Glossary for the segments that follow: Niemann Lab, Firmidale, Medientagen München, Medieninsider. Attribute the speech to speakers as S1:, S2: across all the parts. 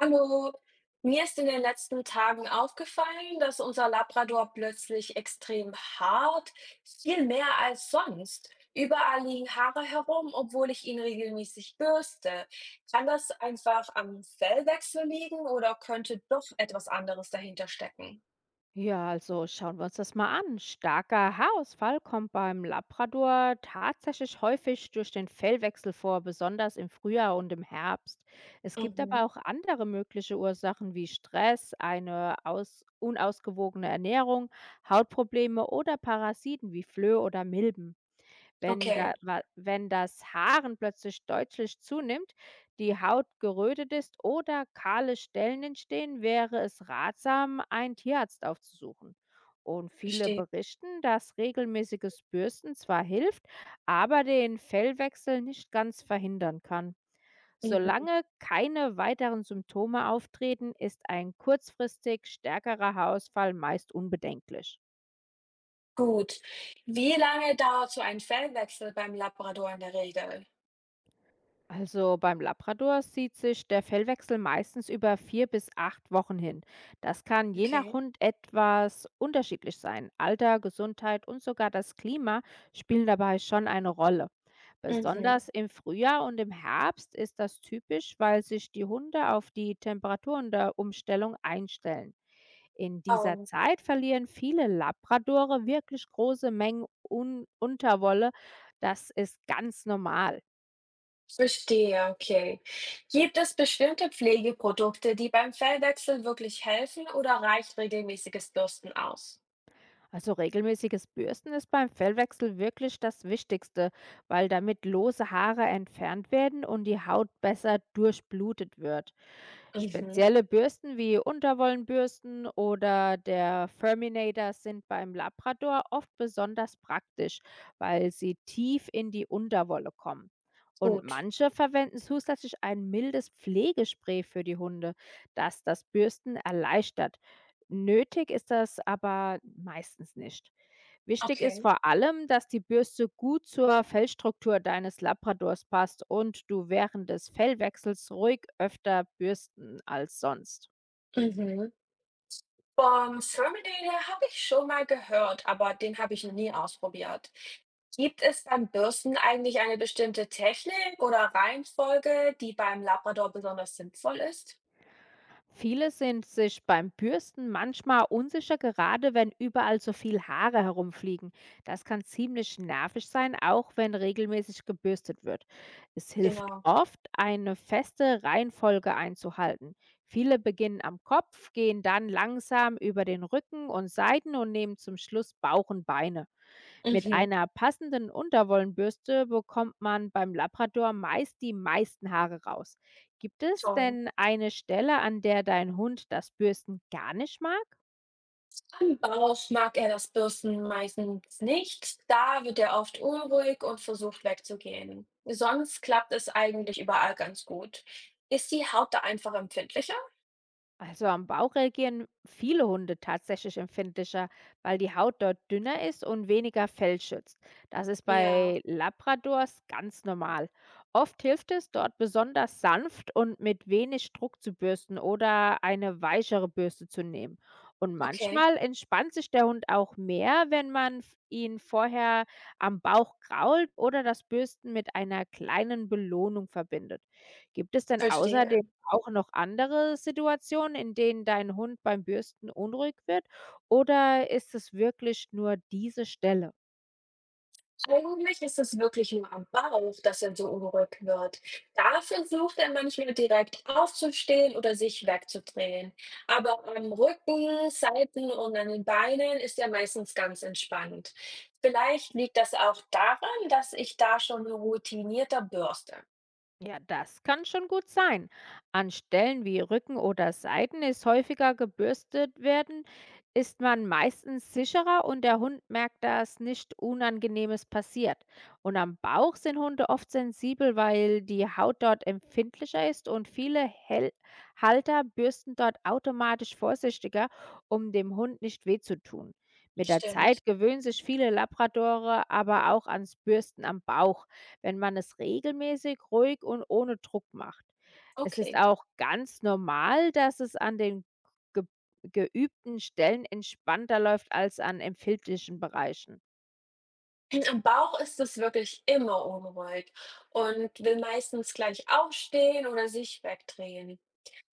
S1: Hallo, mir ist in den letzten Tagen aufgefallen, dass unser Labrador plötzlich extrem hart, viel mehr als sonst. Überall liegen Haare herum, obwohl ich ihn regelmäßig bürste. Kann das einfach am Fellwechsel liegen oder könnte doch etwas anderes dahinter stecken?
S2: Ja, also schauen wir uns das mal an. Starker Haarausfall kommt beim Labrador tatsächlich häufig durch den Fellwechsel vor, besonders im Frühjahr und im Herbst. Es gibt
S1: Mhm.
S2: aber auch andere mögliche Ursachen wie Stress, eine aus unausgewogene Ernährung, Hautprobleme oder Parasiten wie Flöhe oder Milben. Wenn da
S1: Okay.
S2: wa wenn das Haaren plötzlich deutlich zunimmt, die Haut gerötet ist oder kahle Stellen entstehen, wäre es ratsam, einen Tierarzt aufzusuchen. Und viele
S1: Verstehe.
S2: berichten, dass regelmäßiges Bürsten zwar hilft, aber den Fellwechsel nicht ganz verhindern kann.
S1: Mhm.
S2: Solange keine weiteren Symptome auftreten, ist ein kurzfristig stärkerer Haarausfall meist unbedenklich.
S1: Gut. Wie lange dauert so ein Fellwechsel beim Labrador in der Regel?
S2: Also beim Labrador zieht sich der Fellwechsel meistens über 4 bis 8 Wochen hin. Das kann je nach
S1: Okay.
S2: Hund etwas unterschiedlich sein. Alter, Gesundheit und sogar das Klima spielen dabei schon eine Rolle.
S1: Mhm.
S2: Besonders im Frühjahr und im Herbst ist das typisch, weil sich die Hunde auf die Temperaturen der Umstellung einstellen. In dieser
S1: Oh,
S2: Zeit verlieren viele Labradore wirklich große Mengen Un Unterwolle. Das ist ganz normal.
S1: verstehe, okay. Gibt es bestimmte Pflegeprodukte, die beim Fellwechsel wirklich helfen oder reicht regelmäßiges Bürsten aus?
S2: Also regelmäßiges Bürsten ist beim Fellwechsel wirklich das Wichtigste, weil damit lose Haare entfernt werden und die Haut besser durchblutet wird.
S1: Mhm.
S2: Spezielle Bürsten wie Unterwollenbürsten oder der Furminator sind beim Labrador oft besonders praktisch, weil sie tief in die Unterwolle kommen. Und
S1: Gut.
S2: manche verwenden zusätzlich ein mildes Pflegespray für die Hunde, das das Bürsten erleichtert. Nötig ist das aber meistens nicht. Wichtig ist
S1: Okay.
S2: vor allem, dass die Bürste gut zur Fellstruktur deines Labradors passt und du während des Fellwechsels ruhig öfter bürsten als sonst.
S1: Mhm. Vom Firmidale habe ich schon mal gehört, aber den habe ich noch nie ausprobiert. Gibt es beim Bürsten eigentlich eine bestimmte Technik oder Reihenfolge, die beim Labrador besonders sinnvoll ist?
S2: Viele sind sich beim Bürsten manchmal unsicher, gerade wenn überall so viel Haare herumfliegen. Das kann ziemlich nervig sein, auch wenn regelmäßig gebürstet wird. Es hilft
S1: Genau.
S2: oft, eine feste Reihenfolge einzuhalten. Viele beginnen am Kopf, gehen dann langsam über den Rücken und Seiten und nehmen zum Schluss Bauch und Beine. Mit
S1: Mhm,
S2: einer passenden Unterwollenbürste bekommt man beim Labrador meist die meisten Haare raus. Gibt es
S1: toll.
S2: denn eine Stelle, an der dein Hund das Bürsten gar nicht mag?
S1: Am Bauch mag er das Bürsten meistens nicht. Da wird er oft unruhig und versucht wegzugehen. Sonst klappt es eigentlich überall ganz gut. Ist die Haut da einfach empfindlicher?
S2: Also am Bauch reagieren viele Hunde tatsächlich empfindlicher, weil die Haut dort dünner ist und weniger Fell schützt. Das ist
S1: Ja,
S2: bei Labradors ganz normal. Oft hilft es, dort besonders sanft und mit wenig Druck zu bürsten oder eine weichere Bürste zu nehmen. Und
S1: okay,
S2: manchmal entspannt sich der Hund auch mehr, wenn man ihn vorher am Bauch krault oder das Bürsten mit einer kleinen Belohnung verbindet. Gibt es denn außerdem
S1: verstehe.
S2: auch noch andere Situationen, in denen dein Hund beim Bürsten unruhig wird oder ist es wirklich nur diese Stelle?
S1: Eigentlich ist es wirklich nur am Bauch, dass er so unruhig wird. Da versucht er manchmal direkt aufzustehen oder sich wegzudrehen. Aber am Rücken, Seiten und an den Beinen ist er meistens ganz entspannt. Vielleicht liegt das auch daran, dass ich da schon routinierter bürste.
S2: Ja, das kann schon gut sein. An Stellen wie Rücken oder Seiten ist häufiger gebürstet werden, ist man meistens sicherer und der Hund merkt, dass nicht Unangenehmes passiert. Und am Bauch sind Hunde oft sensibel, weil die Haut dort empfindlicher ist und viele Hel Halter bürsten dort automatisch vorsichtiger, um dem Hund nicht weh zu tun. Mit der
S1: Stimmt.
S2: Zeit gewöhnen sich viele Labradorer aber auch ans Bürsten am Bauch, wenn man es regelmäßig, ruhig und ohne Druck macht. Es ist
S1: Okay.
S2: auch ganz normal, dass es an den ge geübten Stellen entspannter läuft als an empfindlichen Bereichen.
S1: Am Bauch ist es wirklich immer unruhig und will meistens gleich aufstehen oder sich wegdrehen.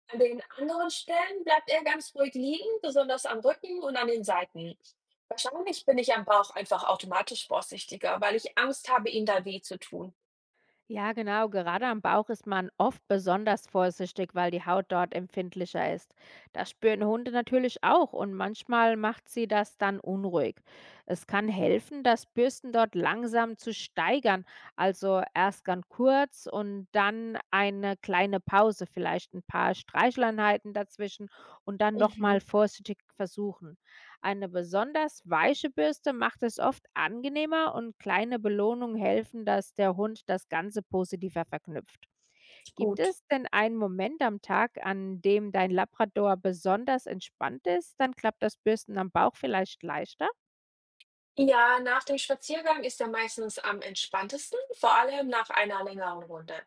S1: An den anderen Stellen bleibt er ganz ruhig liegen, besonders am Rücken und an den Seiten. Wahrscheinlich bin ich am Bauch einfach automatisch vorsichtiger, weil ich Angst habe, ihm da weh zu tun.
S2: Ja, genau. Gerade am Bauch ist man oft besonders vorsichtig, weil die Haut dort empfindlicher ist. Das spüren Hunde natürlich auch und manchmal macht sie das dann unruhig. Es kann helfen, das Bürsten dort langsam zu steigern, also erst ganz kurz und dann eine kleine Pause, vielleicht ein paar Streicheleinheiten dazwischen und dann
S1: Mhm,
S2: nochmal vorsichtig versuchen. Eine besonders weiche Bürste macht es oft angenehmer und kleine Belohnungen helfen, dass der Hund das Ganze positiver verknüpft. Gibt
S1: gut.
S2: es denn einen Moment am Tag, an dem dein Labrador besonders entspannt ist? Dann klappt das Bürsten am Bauch vielleicht leichter.
S1: Ja, nach dem Spaziergang ist er meistens am entspanntesten, vor allem nach einer längeren Runde.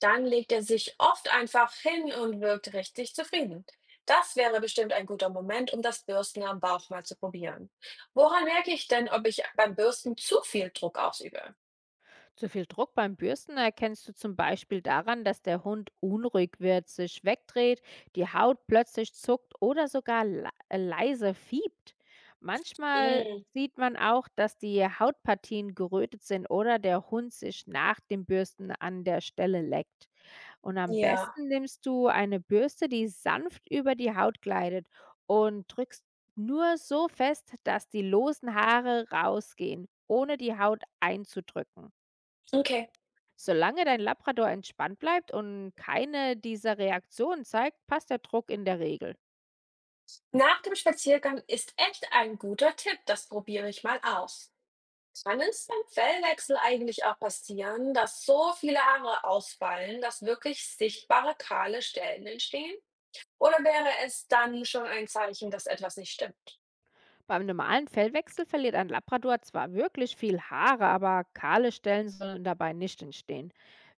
S1: Dann legt er sich oft einfach hin und wirkt richtig zufrieden. Das wäre bestimmt ein guter Moment, um das Bürsten am Bauch mal zu probieren. Woran merke ich denn, ob ich beim Bürsten zu viel Druck ausübe?
S2: Zu viel Druck beim Bürsten erkennst du zum Beispiel daran, dass der Hund unruhig wird, sich wegdreht, die Haut plötzlich zuckt oder sogar le leise fiebt. Manchmal
S1: Mm.
S2: sieht man auch, dass die Hautpartien gerötet sind oder der Hund sich nach dem Bürsten an der Stelle leckt. Und am
S1: Ja,
S2: besten nimmst du eine Bürste, die sanft über die Haut gleitet und drückst nur so fest, dass die losen Haare rausgehen, ohne die Haut einzudrücken.
S1: okay.
S2: Solange dein Labrador entspannt bleibt und keine dieser Reaktionen zeigt, passt der Druck in der Regel.
S1: Nach dem Spaziergang ist echt ein guter Tipp, das probiere ich mal aus. Kann es beim Fellwechsel eigentlich auch passieren, dass so viele Haare ausfallen, dass wirklich sichtbare kahle Stellen entstehen? Oder wäre es dann schon ein Zeichen, dass etwas nicht stimmt?
S2: Beim normalen Fellwechsel verliert ein Labrador zwar wirklich viel Haare, aber kahle Stellen sollen dabei nicht entstehen.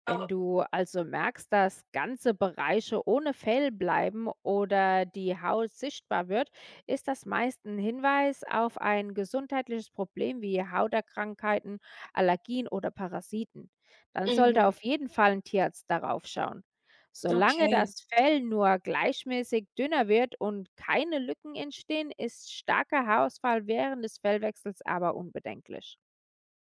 S2: Wenn
S1: Oh,
S2: du also merkst, dass ganze Bereiche ohne Fell bleiben oder die Haut sichtbar wird, ist das meist ein Hinweis auf ein gesundheitliches Problem wie Hauterkrankheiten, Allergien oder Parasiten. Dann sollte
S1: mhm,
S2: auf jeden Fall ein Tierarzt darauf schauen. Solange
S1: okay.
S2: das Fell nur gleichmäßig dünner wird und keine Lücken entstehen, ist starker Haarausfall während des Fellwechsels aber unbedenklich.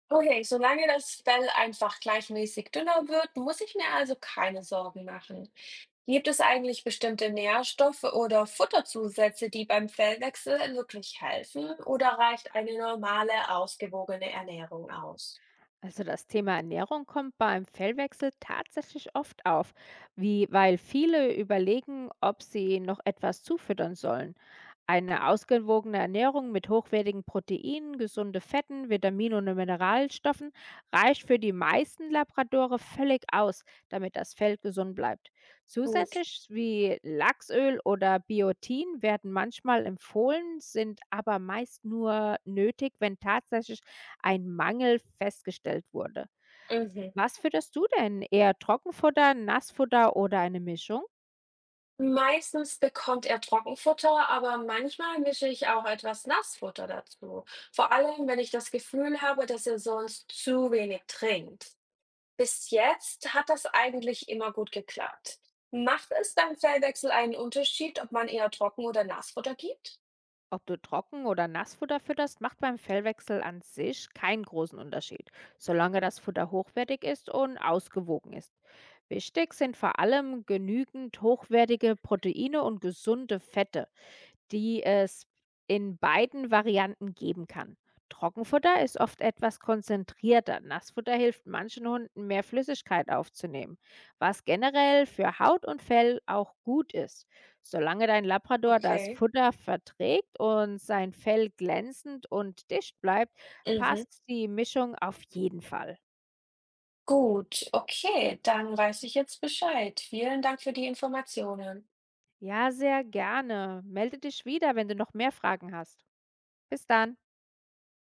S1: Okay, solange das Fell einfach gleichmäßig dünner wird, muss ich mir also keine Sorgen machen. Gibt es eigentlich bestimmte Nährstoffe oder Futterzusätze, die beim Fellwechsel wirklich helfen, oder reicht eine normale, ausgewogene Ernährung aus?
S2: Also das Thema Ernährung kommt beim Fellwechsel tatsächlich oft auf, wie weil viele überlegen, ob sie noch etwas zufüttern sollen. Eine ausgewogene Ernährung mit hochwertigen Proteinen, gesunde Fetten, Vitaminen und Mineralstoffen reicht für die meisten Labradore völlig aus, damit das Fell gesund bleibt.
S1: Gut.
S2: Zusätzlich wie Lachsöl oder Biotin werden manchmal empfohlen, sind aber meist nur nötig, wenn tatsächlich ein Mangel festgestellt wurde.
S1: Mhm.
S2: Was fütterst du denn? Eher Trockenfutter, Nassfutter oder eine Mischung?
S1: Meistens bekommt er Trockenfutter, aber manchmal mische ich auch etwas Nassfutter dazu. Vor allem, wenn ich das Gefühl habe, dass er sonst zu wenig trinkt. Bis jetzt hat das eigentlich immer gut geklappt. Macht es beim Fellwechsel einen Unterschied, ob man eher Trocken- oder Nassfutter gibt?
S2: Ob du Trocken- oder Nassfutter fütterst, macht beim Fellwechsel an sich keinen großen Unterschied, solange das Futter hochwertig ist und ausgewogen ist. Wichtig sind vor allem genügend hochwertige Proteine und gesunde Fette, die es in beiden Varianten geben kann. Trockenfutter ist oft etwas konzentrierter. Nassfutter hilft manchen Hunden, mehr Flüssigkeit aufzunehmen, was generell für Haut und Fell auch gut ist. Solange dein Labrador das
S1: Okay.
S2: Futter verträgt und sein Fell glänzend und dicht bleibt,
S1: Mhm.
S2: passt die Mischung auf jeden Fall.
S1: Gut, okay, dann weiß ich jetzt Bescheid. Vielen Dank für die Informationen.
S2: Ja, sehr gerne. Melde dich wieder, wenn du noch mehr Fragen hast. Bis dann.